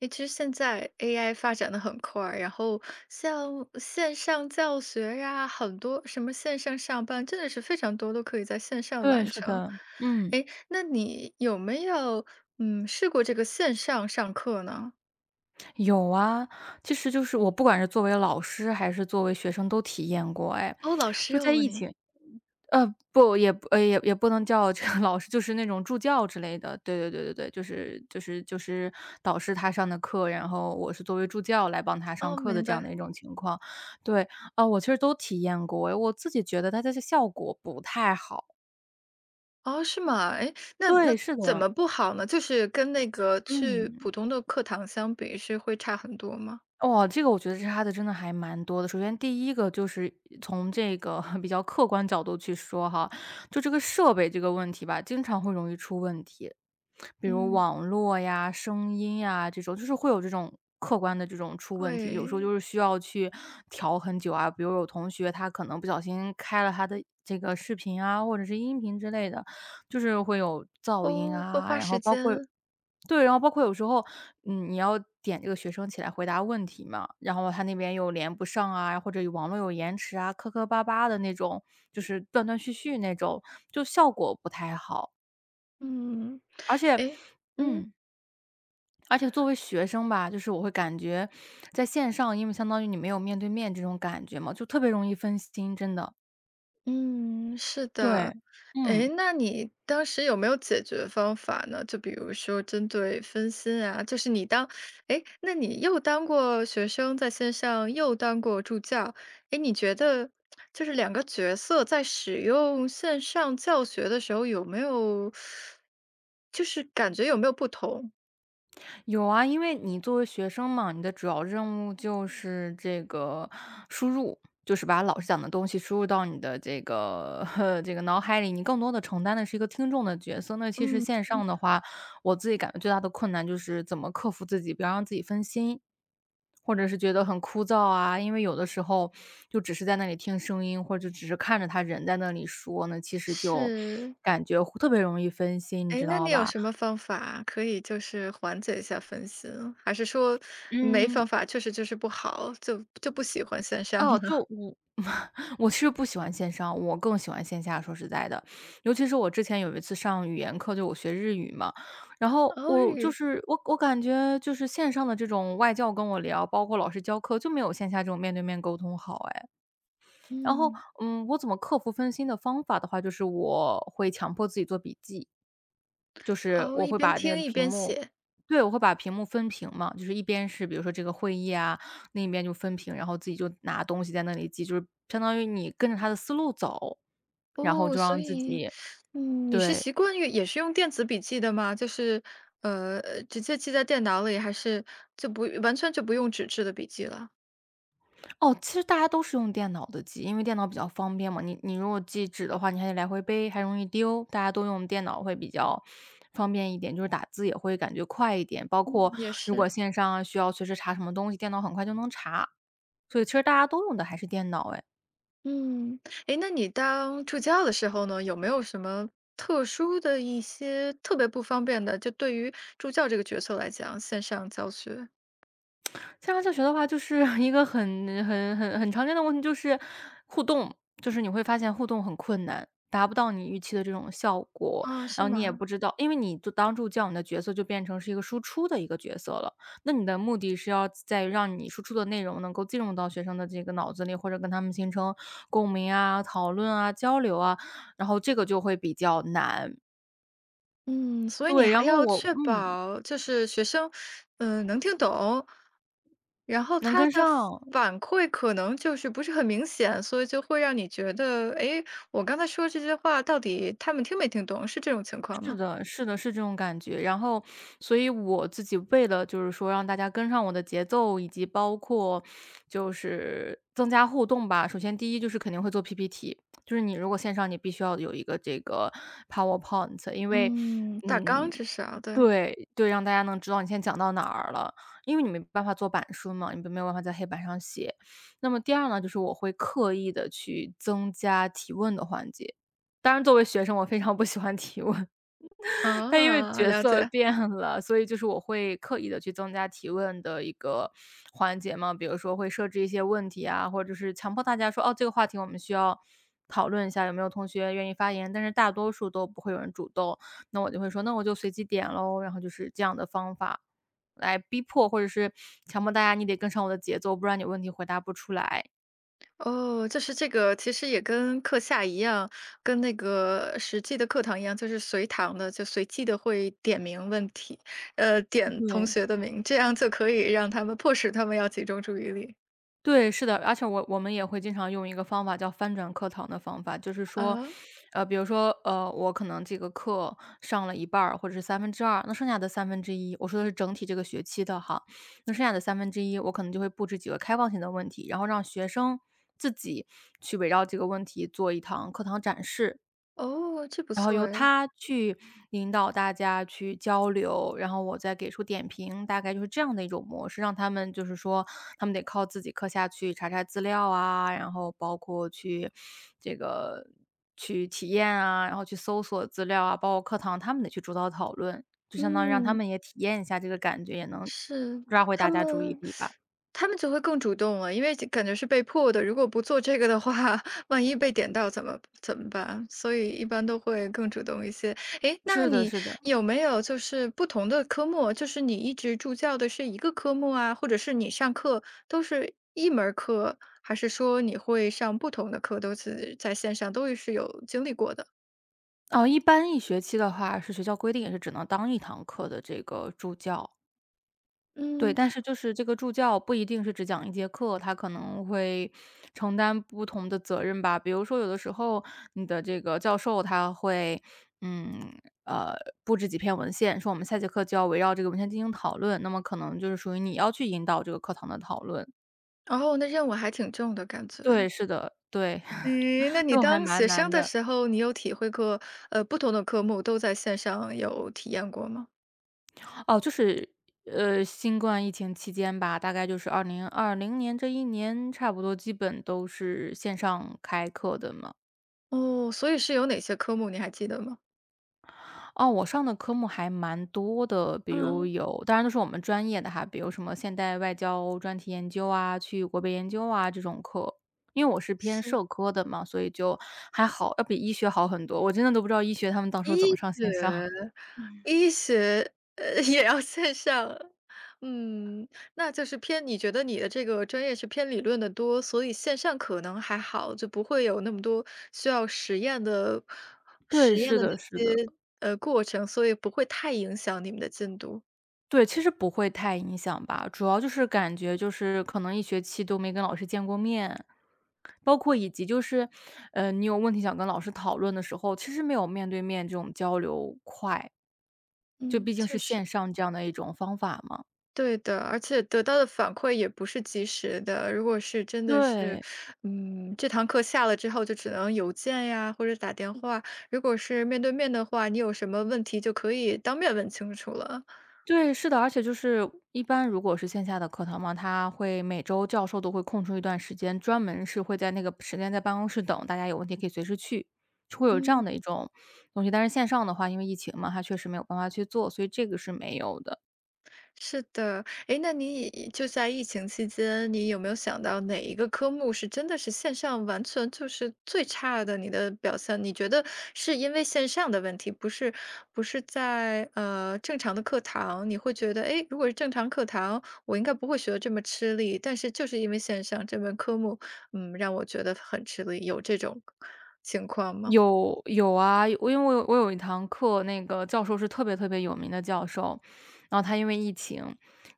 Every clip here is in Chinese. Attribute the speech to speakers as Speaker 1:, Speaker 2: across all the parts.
Speaker 1: 诶，其实现在 AI 发展的很快，然后像线上教学呀，很多什么线上上班，真的是非常多都可以在线上
Speaker 2: 对，
Speaker 1: 完
Speaker 2: 是
Speaker 1: 成。
Speaker 2: 的，嗯，
Speaker 1: 诶，那你有没有试过这个线上上课呢？
Speaker 2: 有啊。其实就是我不管是作为老师还是作为学生都体验过哎。
Speaker 1: 哦，老师
Speaker 2: 就在
Speaker 1: 哦
Speaker 2: 疫
Speaker 1: 你，
Speaker 2: 情呃，不，也不也不能叫这个老师，就是那种助教之类的。对，对，对，对，对，就是导师他上的课，然后我是作为助教来帮他上
Speaker 1: 哦
Speaker 2: 课的
Speaker 1: 明
Speaker 2: 这样
Speaker 1: 白。
Speaker 2: 的一种情况。对，啊，我其实都体验过哎，我自己觉得它的效果不太好。
Speaker 1: 哦是吗？诶，那
Speaker 2: 对，是
Speaker 1: 怎
Speaker 2: 的，
Speaker 1: 么不好呢？就是跟那个去
Speaker 2: 嗯。
Speaker 1: 普通的课堂相比，是会差很多吗？
Speaker 2: 哦，这个我觉得差的真的还蛮多的。首先第一个就是从这个 比较客观角度去说哈，就这个设备这个问题吧，经常会容易出问题。比如
Speaker 1: 嗯，
Speaker 2: 网络呀、声音呀这种，就是会有这种客观的这种出问题。有时候
Speaker 1: 会。
Speaker 2: 就是需要去调很久啊，比如有同学他可能不小心开了他的这个视频啊，或者是音频之类的，就是会有噪音
Speaker 1: 哦，会
Speaker 2: 啊，
Speaker 1: 花
Speaker 2: 然后
Speaker 1: 时
Speaker 2: 包括
Speaker 1: 间。
Speaker 2: 对，然后包括有时候，你要点这个学生起来回答问题嘛，然后他那边又连不上啊，或者有网络有延迟啊，磕磕巴巴的那种，就是断断续续那种，就效果不太好。
Speaker 1: 嗯，
Speaker 2: 而且，
Speaker 1: 诶，嗯。
Speaker 2: 嗯，而且作为学生吧，就是我会感觉在线上，因为相当于你没有面对面这种感觉嘛，就特别容易分心，真的。
Speaker 1: 嗯，是
Speaker 2: 对，
Speaker 1: 的。
Speaker 2: 嗯。
Speaker 1: 诶，那你当时有没有解决方法呢？就比如说针对分心啊，就是你当。诶，那你又当过学生，在线上又当过助教，诶，你觉得就是两个角色在使用线上教学的时候有没有就是感觉有没有不同？
Speaker 2: 有啊，因为你作为学生嘛，你的主要任务就是这个输入，就是把老师讲的东西输入到你的这个 这个脑海里，你更多的承担的是一个听众的角色。那其实
Speaker 1: 嗯。
Speaker 2: 线上的话，我自己感觉最大的困难就是怎么克服自己，不要让自己分心。或者是觉得很枯燥啊，因为有的时候就只是在那里听声音，或者只是看着他人在那里说那其实就
Speaker 1: 是。
Speaker 2: 感觉特别容易分心，你
Speaker 1: 哎，
Speaker 2: 知
Speaker 1: 那
Speaker 2: 道
Speaker 1: 你有
Speaker 2: 吧？
Speaker 1: 什么方法可以就是缓解一下分心？还是说没
Speaker 2: 嗯。
Speaker 1: 方法，确实就是不好，就不喜欢线上
Speaker 2: 哦，
Speaker 1: 呢？
Speaker 2: 就我 我其实不喜欢线上，我更喜欢线下，说实在的。尤其是我之前有一次上语言课，就我学日语嘛，然 后
Speaker 1: 哦，日
Speaker 2: 我就
Speaker 1: 语。
Speaker 2: 是我感觉就是线上的这种外教跟我聊，包括老师教课，就没有线下这种面对面沟通好哎。然后，
Speaker 1: 嗯，
Speaker 2: 我怎么克服分心的方法的话，就是我会强迫自己做笔记。就是
Speaker 1: 哦，
Speaker 2: 我
Speaker 1: 一
Speaker 2: 会
Speaker 1: 边
Speaker 2: 把那个
Speaker 1: 听一
Speaker 2: 屏
Speaker 1: 边
Speaker 2: 幕
Speaker 1: 写。
Speaker 2: 对，我会把屏幕分屏嘛，就是一边是比如说这个会议啊，另一边就分屏，然后自己就拿东西在那里记，就是相当于你跟着他的思路走，然后
Speaker 1: 哦，
Speaker 2: 就
Speaker 1: 所
Speaker 2: 让自
Speaker 1: 以，
Speaker 2: 己
Speaker 1: 嗯，你是
Speaker 2: 对。
Speaker 1: 习惯于也是用电子笔记的吗？就是，呃，直接记在电脑里，还是就不用纸质的笔记了？
Speaker 2: 哦，其实大家都是用电脑的记，因为电脑比较方便嘛。你如果记纸的话，你还得来回背，还容易丢。大家都用电脑会比较方便一点，就是打字也会感觉快一点。包
Speaker 1: 嗯，
Speaker 2: 括
Speaker 1: 也
Speaker 2: 如果
Speaker 1: 是。
Speaker 2: 线上需要随时查什么东西，电脑很快就能查。所以其实大家都用的还是电脑诶。
Speaker 1: 嗯，诶，那你当助教的时候呢，有没有什么特殊的一些特别不方便的？就对于助教这个角色来讲，线上教学。
Speaker 2: 线上教学的话，就是 一个很常见的问题，就是互动。就是你会发现互动很困难，达不到你预期的这种效果，
Speaker 1: 啊，是
Speaker 2: 然后你也
Speaker 1: 吗？
Speaker 2: 不知道，因为你就当助教，你的角色就变成是一个输出的一个角色了。那你的目的是要在于让你输出的内容能够进入到学生的这个脑子里，或者跟他们形成共鸣啊、讨论啊、交流啊，然后这个就会比较难。
Speaker 1: 嗯，所以你
Speaker 2: 对，然
Speaker 1: 还
Speaker 2: 后
Speaker 1: 要
Speaker 2: 我
Speaker 1: 确保就是学生，嗯，能听懂，然后
Speaker 2: 能
Speaker 1: 他
Speaker 2: 跟上。
Speaker 1: 的反馈可能就是不是很明显，所以就会让你觉得，诶，我刚才说这些话到底他们听没听懂，是这种情况
Speaker 2: 是
Speaker 1: 吗？
Speaker 2: 的，是的，是这种感觉。然后，所以我自己为了就是说让大家跟上我的节奏，以及包括就是增加互动吧。首先第一就是肯定会做 PPT，就是你如果线上你必须要有一个这个 PowerPoint，因为
Speaker 1: 嗯，大纲
Speaker 2: 嗯，
Speaker 1: 至少，对。
Speaker 2: 对对，让大家能知道你现在讲到哪儿了，因为你没办法做板书嘛，你没有办法在黑板上写。那么第二呢，就是我会刻意的去增加提问的环节。当然，作为学生，我非常不喜欢提问。但因为
Speaker 1: 啊，
Speaker 2: 角
Speaker 1: 了
Speaker 2: 色
Speaker 1: 解。
Speaker 2: 变了，所以就是我会刻意的去增加提问的一个环节嘛。比如说会设置一些问题啊，或者就是强迫大家说：“哦，这个话题我们需要讨论一下，有没有同学愿意发言？”但是大多数都不会有人主动，那我就会说：“那我就随机点喽，然后就是这样的方法来逼迫，或者是强迫大家，你得跟上我的节奏，不然你问题回答不出来。”
Speaker 1: 哦，就是这个其实也跟课下一样，跟那个实际的课堂一样，就是随堂的，就随机的会点名问题，呃，点同
Speaker 2: 对。
Speaker 1: 学的名，这样就可以让他们迫使他们要集中注意力。
Speaker 2: 对，是的，而且我们也会经常用一个方法叫翻转课堂的方法。就是说，
Speaker 1: 啊，
Speaker 2: 比如说，我可能这个课上了一半儿或者是三分之二，那剩下的三分之一，我说的是整体这个学期的哈。那剩下的三分之一，我可能就会布置几个开放性的问题，然后让学生自己去围绕这个问题做一堂课堂展示，
Speaker 1: 哦，这不
Speaker 2: 然后
Speaker 1: 错
Speaker 2: 由
Speaker 1: 哎。
Speaker 2: 他去引导大家去交流，然后我再给出点评。大概就是这样的一种模式，让他们就是说，他们得靠自己课下去查查资料啊，然后包括去这个去体验啊，然后去搜索资料啊，包括课堂他们得去主导讨论，就相当于让他
Speaker 1: 嗯。
Speaker 2: 们也体验一下这个感觉，也能
Speaker 1: 是，
Speaker 2: 抓回大
Speaker 1: 他
Speaker 2: 家注意
Speaker 1: 们
Speaker 2: 力吧。
Speaker 1: 他们就会更主动了，因为感觉是被迫的，如果不做这个的话，万一被点到怎么办？所以一般都会更主动一些。诶，那
Speaker 2: 是的，
Speaker 1: 你
Speaker 2: 是的。
Speaker 1: 有没有就是不同的科目，就是你一直助教的是一个科目啊，或者是你上课都是一门儿课，还是说你会上不同的课，都是在线上，都是有经历过的？
Speaker 2: 哦，一般一学期的话，是学校规定也是只能当一堂课的这个助教。对，
Speaker 1: 嗯，
Speaker 2: 但是就是这个助教不一定是只讲一节课，他可能会承担不同的责任吧。比如说有的时候你的这个教授他会，嗯，呃，布置几篇文献，说我们下节课就要围绕这个文献进行讨论，那么可能就是属于你要去引导这个课堂的讨论。
Speaker 1: 然后那任务还挺重的感
Speaker 2: 对，
Speaker 1: 觉。
Speaker 2: 是的，对，
Speaker 1: 诶，那
Speaker 2: 这
Speaker 1: 你
Speaker 2: 种还
Speaker 1: 当
Speaker 2: 蛮
Speaker 1: 学
Speaker 2: 难
Speaker 1: 生的
Speaker 2: 的。
Speaker 1: 时候，你有体会过，呃，不同的科目都在线上有体验过吗？
Speaker 2: 哦，就是新冠疫情期间吧，大概就是2020年这一年，差不多基本都是线上开课的嘛。
Speaker 1: 哦，所以是有哪些科目你还记得吗？
Speaker 2: 哦，我上的科目还蛮多的，比如
Speaker 1: 嗯，
Speaker 2: 有当然都是我们专业的哈，比如什么现代外交专题研究啊，去国别研究啊这种课。因为我是偏
Speaker 1: 是。
Speaker 2: 社科的嘛，所以就还好，要比医学好很多。我真的都不知道医学他们到时候怎么
Speaker 1: 医
Speaker 2: 上线上。
Speaker 1: 学，医学，呃，也要线上。嗯，那就是偏你觉得你的这个专业是偏理论的多，所以线上可能还好，就不会有那么多需要实验的 实
Speaker 2: 对，
Speaker 1: 验
Speaker 2: 是
Speaker 1: 的那
Speaker 2: 的，是的。
Speaker 1: 些呃过程，所以不会太影响你们的进度。
Speaker 2: 对，其实不会太影响吧，主要就是感觉就是可能一学期都没跟老师见过面，包括以及就是，你有问题想跟老师讨论的时候，其实没有面对面这种交流快。就
Speaker 1: 嗯，
Speaker 2: 毕竟是
Speaker 1: 确实。
Speaker 2: 线上这样的一种方法嘛。
Speaker 1: 对的，而且得到的反馈也不是及时的。如果是真的是，
Speaker 2: 对，
Speaker 1: 嗯，这堂课下了之后就只能邮件呀，或者打电话。如果是面对面的话，你有什么问题就可以当面问清楚了。
Speaker 2: 对，是的，而且就是一般如果是线下的课堂嘛，他会每周教授都会空出一段时间，专门是会在那个时间在办公室等，大家有问题可以随时去，是会有这
Speaker 1: 嗯。
Speaker 2: 样的一种东西。但是线上的话，因为疫情嘛，他确实没有办法去做，所以这个是没有的。
Speaker 1: 是的，哎，那你以就在疫情期间，你有没有想到哪一个科目是真的是线上完全就是最差的你的表现？你觉得是因为线上的问题，不是在呃正常的课堂，你会觉得，哎，如果是正常课堂，我应该不会学得这么吃力，但是就是因为线上这门科目，嗯，让我觉得很吃力，有这种情况吗？
Speaker 2: 有有啊，我因为我有我有一堂课，那个教授是特别特别有名的教授，然后他因为疫情，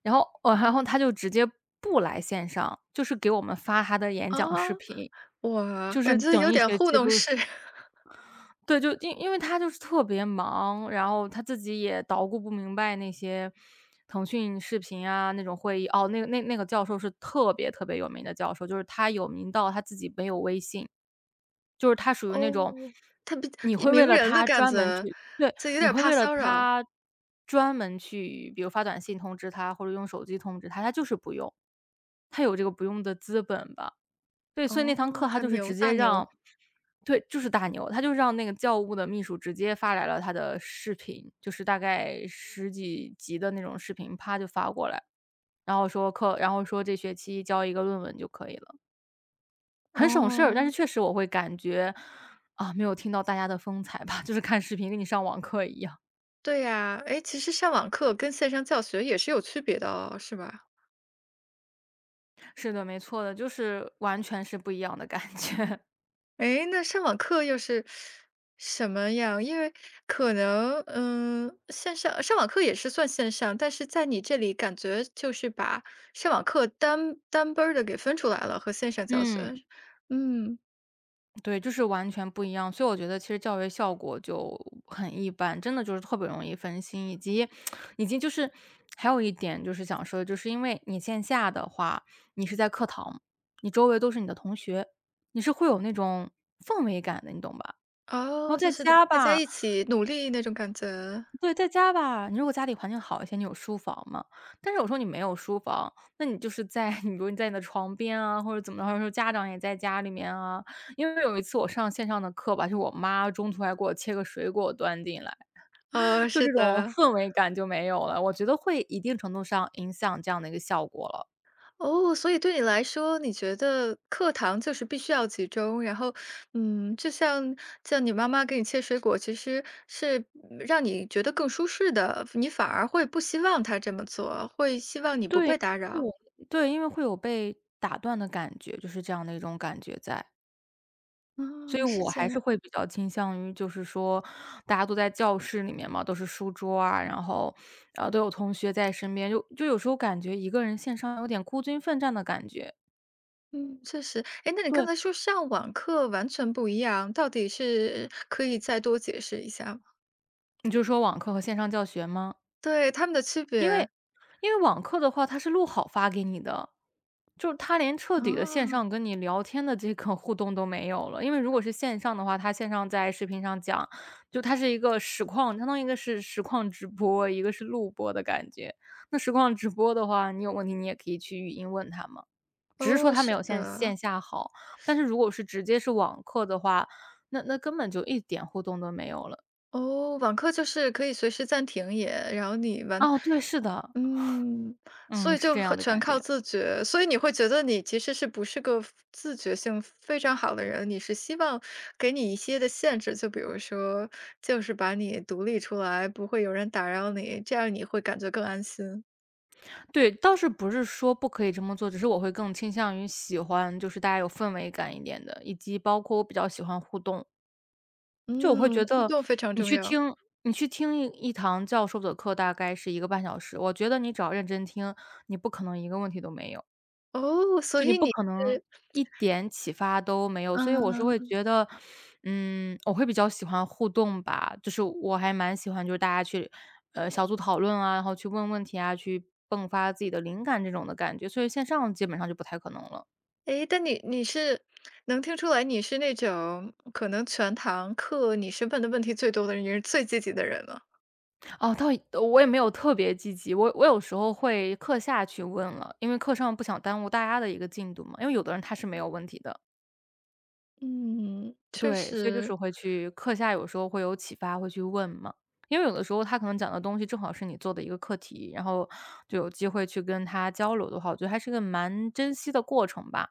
Speaker 2: 然后他就直接不来线上，就是给我们发他的演讲视
Speaker 1: 啊，
Speaker 2: 频，
Speaker 1: 哇，
Speaker 2: 就是
Speaker 1: 感觉
Speaker 2: 整
Speaker 1: 有
Speaker 2: 一
Speaker 1: 点
Speaker 2: 学
Speaker 1: 糊
Speaker 2: 期
Speaker 1: 弄
Speaker 2: 都
Speaker 1: 式。
Speaker 2: 对，就因为他就是特别忙，然后他自己也捣鼓不明白那些腾讯视频啊那种会议，哦，那个教授是特别特别有名的教授，就是他有名到他自己没有微信。就是他属于那种，
Speaker 1: 哦，他比
Speaker 2: 你会为
Speaker 1: 名
Speaker 2: 了
Speaker 1: 人的
Speaker 2: 他
Speaker 1: 感
Speaker 2: 专门
Speaker 1: 觉，
Speaker 2: 去对，
Speaker 1: 这有
Speaker 2: 你
Speaker 1: 点儿
Speaker 2: 会
Speaker 1: 怕
Speaker 2: 为了
Speaker 1: 骚扰。
Speaker 2: 他专门去，比如发短信通知他，或者用手机通知他，他就是不用。他有这个不用的资本吧。对，所以那堂
Speaker 1: 哦，
Speaker 2: 课他就
Speaker 1: 很
Speaker 2: 是直
Speaker 1: 牛，大
Speaker 2: 接
Speaker 1: 牛。
Speaker 2: 让对，就是大牛，他就让那个教务的秘书直接发来了他的视频，就是大概十几集的那种视频，啪就发过来，然后说课然后说这学期交一个论文就可以了。很省事儿，但是
Speaker 1: 哦，
Speaker 2: 确实我会感觉，啊，没有听到大家的风采吧，就是看视频跟你上网课一样。
Speaker 1: 对呀，哎，其实上网课跟线上教学也是有区别的哦，是吧？
Speaker 2: 是的，没错的，就是完全是不一样的感觉。
Speaker 1: 哎，那上网课又是什么样？因为可能，嗯，线上上网课也是算线上，但是在你这里感觉就是把上网课单单班儿的给分出来了，和线上教学。
Speaker 2: 嗯。
Speaker 1: 嗯，
Speaker 2: 对，就是完全不一样，所以我觉得其实教学效果就很一般，真的就是特别容易分心，以及就是还有一点就是想说的，就是因为你线下的话，你是在课堂，你周围都是你的同学，你是会有那种氛围感的，你懂吧？然后
Speaker 1: 哦，就
Speaker 2: 在
Speaker 1: 是
Speaker 2: 家
Speaker 1: 大家
Speaker 2: 吧，
Speaker 1: 一起努力那种感觉。
Speaker 2: 对，在家吧，你如果家里环境好一些，你有书房嘛。但是我说你没有书房，那你就是在 你比如你在你的床边啊，或者怎么着，有时候家长也在家里面啊。因为有一次我上线上的课吧，就我妈中途还给我切个水果端进来，
Speaker 1: 哦，
Speaker 2: 就
Speaker 1: 是
Speaker 2: 这种
Speaker 1: 的。
Speaker 2: 氛围感就没有了。我觉得会一定程度上影响这样的一个效果了。
Speaker 1: 哦，所以对你来说，你觉得课堂就是必须要集中，然后，嗯，就像你妈妈给你切水果，其实是嗯让你觉得更舒适的，你反而会不希望她这么做，会希望你不
Speaker 2: 对，
Speaker 1: 被打
Speaker 2: 会
Speaker 1: 扰。
Speaker 2: 有对，因为会有被打断的感觉，就是这样的一种感觉在。所以
Speaker 1: 哦，是
Speaker 2: 我
Speaker 1: 这
Speaker 2: 还是
Speaker 1: 样。
Speaker 2: 会比较倾向于就是说，大家都在教室里面嘛，都是书桌啊，然后，都有同学在身边，就有时候感觉一个人线上有点孤军奋战的感觉。
Speaker 1: 嗯，确实。哎，那你刚
Speaker 2: 对。
Speaker 1: 才说上网课完全不一样，到底是可以再多解释一下吗？
Speaker 2: 你就说网课和线上教学吗？
Speaker 1: 对，他们的区
Speaker 2: 因为
Speaker 1: 别。
Speaker 2: 因为网课的话，它是录好发给你的，就是它连彻底的线
Speaker 1: 哦，
Speaker 2: 上跟你聊天的这个互动都没有了。因为如果是线上的话，它线上在视频上讲，就它是一个实况，相当于一个是实况直播，一个是录播的感觉。那实况直播的话，你有问题你也可以去语音问他嘛，只是说
Speaker 1: 哦，
Speaker 2: 他没
Speaker 1: 是
Speaker 2: 有线
Speaker 1: 的。
Speaker 2: 线下好。但是如果是直接是网课的话，那根本就一点互动都没有了。
Speaker 1: 哦，网课就是可以随时暂停也，然后你完
Speaker 2: 哦，对，是的，
Speaker 1: 嗯，所
Speaker 2: 嗯，
Speaker 1: 以
Speaker 2: 是
Speaker 1: 就
Speaker 2: 这样
Speaker 1: 很
Speaker 2: 的
Speaker 1: 全
Speaker 2: 感
Speaker 1: 靠
Speaker 2: 觉。
Speaker 1: 自觉。所以你会觉得你其实是不是个自觉性非常好的人，你是希望给你一些的限制，就比如说，就是把你独立出来，不会有人打扰你，这样你会感觉更安心。
Speaker 2: 对，倒是不是说不可以这么做，只是我会更倾向于喜欢就是大家有氛围感一点的，以及包括我比较喜欢互动。就我会
Speaker 1: 嗯，
Speaker 2: 觉
Speaker 1: 互
Speaker 2: 得
Speaker 1: 动非常
Speaker 2: 你
Speaker 1: 重
Speaker 2: 去
Speaker 1: 要。
Speaker 2: 听你去听一堂教授的课大概是一个半小时，我觉得你只要认真听，你不可能一个问题都没有。
Speaker 1: 哦，所
Speaker 2: 就你
Speaker 1: 以
Speaker 2: 不
Speaker 1: 你
Speaker 2: 可能
Speaker 1: 是
Speaker 2: 一点启发都没有，所以我是会
Speaker 1: 嗯。
Speaker 2: 觉得，嗯，我会比较喜欢互动吧，就是我还蛮喜欢就是大家去，小组讨论啊，然后去问问题啊，去迸发自己的灵感这种的感觉，所以线上基本上就不太可能了。
Speaker 1: 诶，但你是能听出来你是那种可能全堂课你是问的问题最多的人，也是最积极的人了。
Speaker 2: 哦，倒也我也没有特别积极，我有时候会课下去问了，因为课上不想耽误大家的一个进度嘛，因为有的人他是没有问题的。
Speaker 1: 嗯，确
Speaker 2: 对，所以就
Speaker 1: 实，
Speaker 2: 是会去课下有时候会有启发，会去问嘛。因为有的时候他可能讲的东西正好是你做的一个课题，然后就有机会去跟他交流的话，我觉得还是个蛮珍惜的过程吧。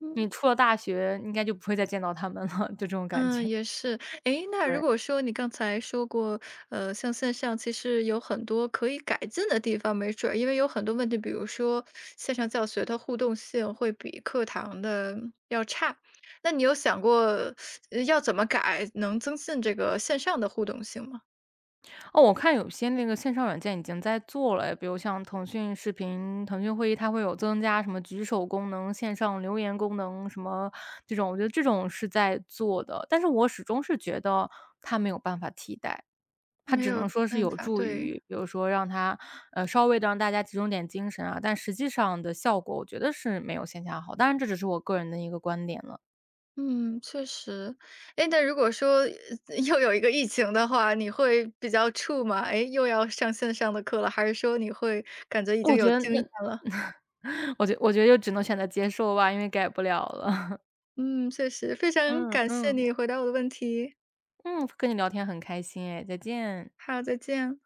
Speaker 1: 嗯
Speaker 2: 你出了大学应该就不会再见到他们了，就这种感
Speaker 1: 嗯，
Speaker 2: 觉。
Speaker 1: 也是。诶，那如
Speaker 2: 对，
Speaker 1: 果说你刚才说过，呃，像线上其实有很多可以改进的地方，没准儿因为有很多问题，比如说线上教学它互动性会比课堂的要差，那你有想过呃要怎么改，能增进这个线上的互动性吗？
Speaker 2: 哦，我看有些那个线上软件已经在做了，比如像腾讯视频、腾讯会议，它会有增加什么举手功能、线上留言功能什么这种，我觉得这种是在做的，但是我始终是觉得它没有办法替代。它
Speaker 1: 没
Speaker 2: 只能
Speaker 1: 有
Speaker 2: 说是
Speaker 1: 办
Speaker 2: 有
Speaker 1: 法，
Speaker 2: 助
Speaker 1: 对。
Speaker 2: 于，比如说让它，稍微的让大家集中点精神啊，但实际上的效果我觉得是没有线下好，当然这只是我个人的一个观点了。
Speaker 1: 嗯，确实。哎，那如果说，呃又有一个疫情的话，你会比较怵吗？哎，又要上线上的课了，还是说你会感觉已经
Speaker 2: 我觉
Speaker 1: 有
Speaker 2: 得
Speaker 1: 经验
Speaker 2: 那
Speaker 1: 了？
Speaker 2: 我觉得就只能选择接受吧，因为改不了了。
Speaker 1: 嗯，确实，非 常
Speaker 2: 嗯
Speaker 1: 感谢
Speaker 2: 嗯，
Speaker 1: 你回答我的问题，
Speaker 2: 嗯，跟你聊天很开心哎，再见。
Speaker 1: 好，再见。